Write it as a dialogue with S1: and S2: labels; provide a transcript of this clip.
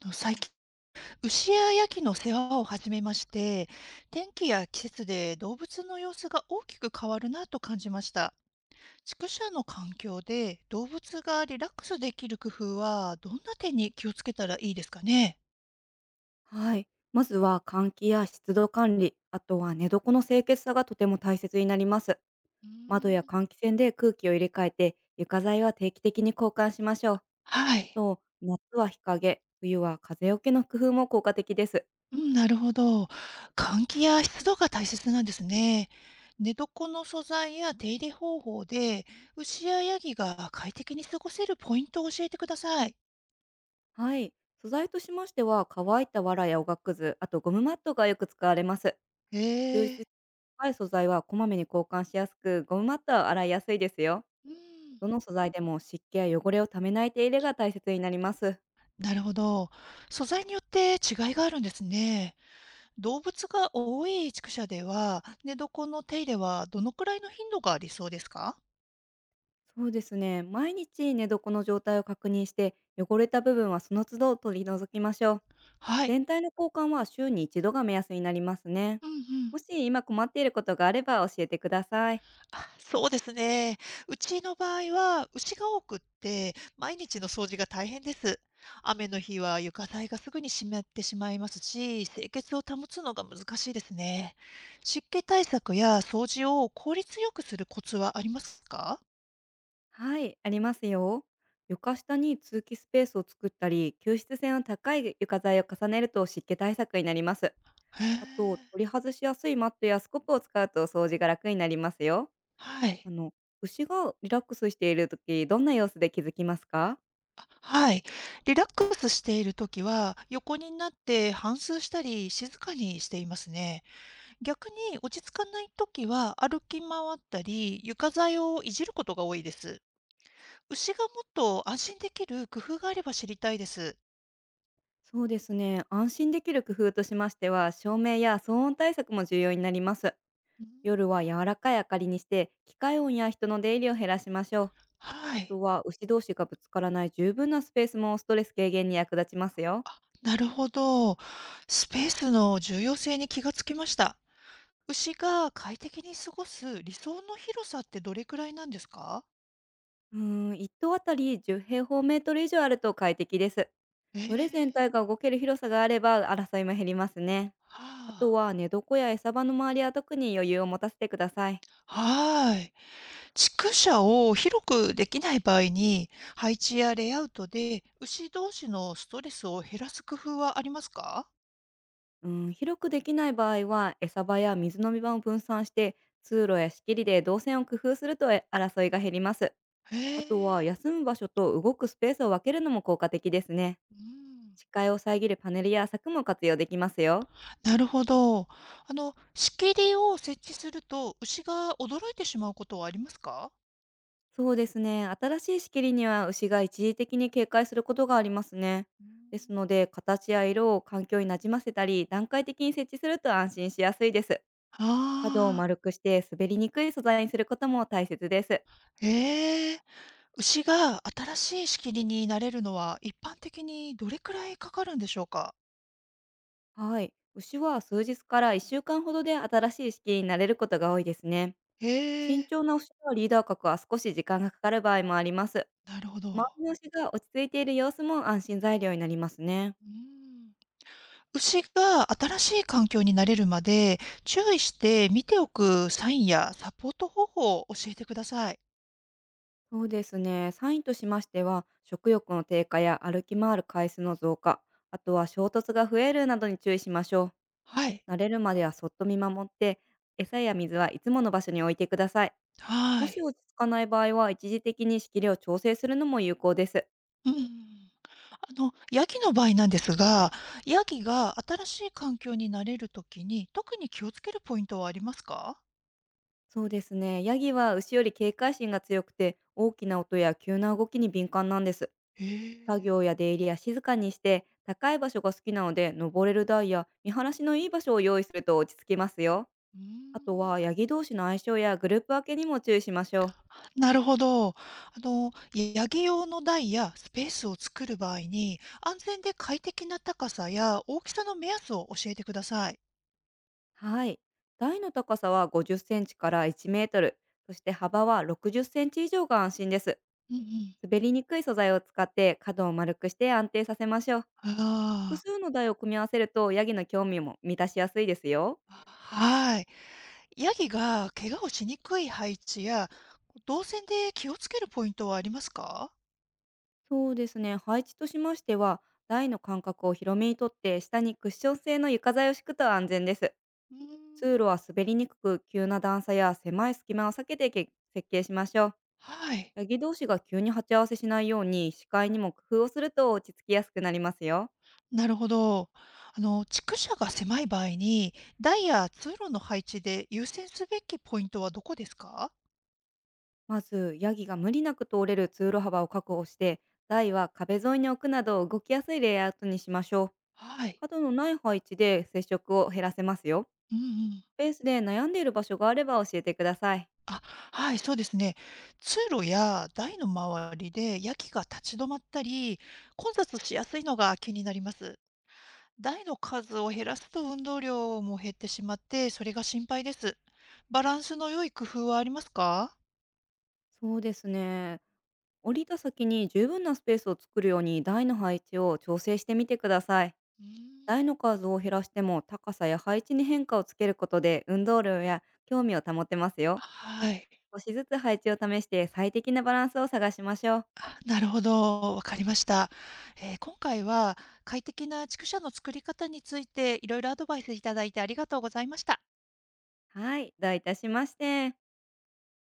S1: と最近、牛やヤギの世話を始めまして、天気や季節で動物の様子が大きく変わるなと感じました。畜舎の環境で動物がリラックスできる工夫はどんな点に気をつけたらいいですかね？
S2: はい。まずは換気や湿度管理、あとは寝床の清潔さがとても大切になります。
S1: うー
S2: 窓や
S1: ん。
S2: 換気扇で空気を入れ替えて、床材は定期的に交換しましょう。
S1: は
S2: あ
S1: い。
S2: と、夏は日陰、冬は風よけの工夫も効果的です。
S1: うん、なるほど。換気や湿度が大切なんですね。寝床の素材や手入れ方法で牛やヤギが快適に過ごせるポイントを教えてください。
S2: はい。素材としましては、乾いた藁やおがくず、あとゴムマットがよく使われます。
S1: へ
S2: 吸湿
S1: え。
S2: 高い素材はこまめに交換しやすく、ゴムマットは洗いやすいですよ。
S1: うん、
S2: どの素材でも湿気や汚れをためない手入れが大切になります。
S1: なるほど。素材によって違いがあるんですね。動物が多い畜舎では、寝床の手入れはどのくらいの頻度が理想ですか？
S2: そうですね。毎日寝床の状態を確認して、汚れた部分はその都度取り除きましょう。
S1: はい。
S2: 全体の交換は週に一度が目安になりますね。
S1: うんうん。
S2: もし今困っていることがあれば教えてください。
S1: あ、そうですね。うちの場合は、牛が多くって、毎日の掃除が大変です。雨の日は床材がすぐに湿ってしまいますし、清潔を保つのが難しいですね。湿気対策や掃除を効率よくするコツはありますか？
S2: はい、ありますよ。床下に通気スペースを作ったり、吸湿性の高い床材を重ねると湿気対策になります。
S1: へえ。
S2: あと、取り外しやすいマットやスコップを使うと掃除が楽になりますよ。
S1: は
S2: あ
S1: い。
S2: の、牛がリラックスしている時、どんな様子で気づきますか？
S1: はい。リラックスしているときは、横になって反芻したり、静かにしていますね。逆に落ち着かないときは、歩き回ったり、床材をいじることが多いです。牛がもっと安心できる工夫があれば知りたいです。
S2: そうですね。安心できる工夫としましては、照明や騒音対策も重要になります。
S1: うん。
S2: 夜は柔らかい明かりにして、機械音や人の出入りを減らしましょう。
S1: は
S2: あ
S1: い。
S2: とは、牛同士がぶつからない十分なスペースもストレス軽減に役立ちますよ。
S1: あ、なるほど。スペースの重要性に気がつきました。牛が快適に過ごす理想の広さってどれくらいなんですか？
S2: うー一棟あたり10平方メートル以上あると快適です。
S1: え
S2: 群れ全
S1: え。
S2: 体が動ける広さがあれば、争いも減りますね。あと
S1: はあ。
S2: は、寝床や餌場の周りは特に余裕を持たせてください。
S1: はーい。畜舎を広くできない場合に、配置やレイアウトで牛同士のストレスを減らす工夫はありますか？
S2: うん、広くできない場合は餌場や水飲み場を分散して、通路や仕切りで動線を工夫すると争いが減ります。
S1: へ
S2: あとは
S1: え、
S2: 休む場所と動くスペースを分けるのも効果的ですね。
S1: うん、
S2: 視界を遮るパネルや柵も活用できますよ。
S1: なるほど。あの、仕切りを設置すると牛が驚いてしまうことはありますか？
S2: そうですね、新しい仕切りには牛が一時的に警戒することがありますね。
S1: う
S2: です
S1: ん。
S2: ので形や色を環境になじませたり、段階的に設置すると安心しやすいです。
S1: あ
S2: 角を
S1: あ、
S2: 丸くして滑りにくい素材にすることも大切です。
S1: ええ、牛が新しい仕切りになれるのは一般的にどれくらいかかるんでしょうか？
S2: はい。牛は数日から1週間ほどで新しい式に慣れることが多いですね。
S1: え
S2: 慎
S1: え、
S2: 重な牛はリーダー格は少し時間がかかる場合もあります。
S1: なるほ
S2: 周
S1: ど。
S2: りの牛が落ち着いている様子も安心材料になりますね。
S1: うん。牛が新しい環境に慣れるまで、注意して見ておくサインやサポート方法を教えてください。
S2: そうですね。サインとしましては、食欲の低下や歩き回る回数の増加、あとは衝突が増えるなどに注意しましょ
S1: はい。
S2: う。慣れるまではそっと見守って、餌や水はいつもの場所に置いてください。
S1: は
S2: もし
S1: い。
S2: 落ち着かない場合は、一時的に仕切りを調整するのも有効です。
S1: うん。あの、ヤギの場合なんですが、ヤギが新しい環境に慣れるときに、特に気をつけるポイントはありますか？
S2: そうですね。ヤギは牛より警戒心が強くて、大きな音や急な動きに敏感なんです。
S1: へ
S2: 作
S1: え。
S2: 業や出入りは静かにして、高い場所が好きなので、登れる台や見晴らしのいい場所を用意すると落ち着きますよ。
S1: う
S2: あと
S1: ん。
S2: は、ヤギ同士の相性やグループ分けにも注意しましょう。
S1: なるほど。あの、ヤギ用の台やスペースを作る場合に、安全で快適な高さや大きさの目安を教えてください。
S2: はい。台の高さは50センチから1メートル、そして幅は60センチ以上が安心です。
S1: うんうん。
S2: 滑りにくい素材を使って角を丸くして安定させましょう。複
S1: あ
S2: 数の台を組み合わせるとヤギの興味も満たしやすいですよ。
S1: あ、はい。ヤギが怪我をしにくい配置や、動線で気をつけるポイントはありますか？
S2: そうですね。配置としましては、台の間隔を広めにとって、下にクッション製の床材を敷くと安全です。
S1: うーん、
S2: 通路は滑りにくく、急な段差や狭い隙間を避けて設計しましょう。
S1: はい、
S2: ヤギ同士が急に鉢合わせしないように、視界にも工夫をすると落ち着きやすくなりますよ。
S1: なるほど。あの、畜舎が狭い場合に、台や通路の配置で優先すべきポイントはどこですか？
S2: まず、ヤギが無理なく通れる通路幅を確保して、台は壁沿いに置くなど動きやすいレイアウトにしましょう。
S1: はい。
S2: 角のない配置で接触を減らせますよ。
S1: うんうん。
S2: スペースで悩んでいる場所があれば教えてください。
S1: あ、はい、そうですね。通路や台の周りでヤギが立ち止まったり、混雑しやすいのが気になります。台の数を減らすと運動量も減ってしまって、それが心配です。バランスの良い工夫はありますか？
S2: そうですね。降りた先に十分なスペースを作るように台の配置を調整してみてください。
S1: うーん。
S2: 台の数を減らしても高さや配置に変化をつけることで運動量や興味を保てますよ。
S1: はい。
S2: 少しずつ配置を試して最適なバランスを探しましょう。
S1: あ、なるほど。わかりました。今回は快適な畜舎の作り方についていろいろアドバイスいただいてありがとうございました。
S2: はい、どういたしまして。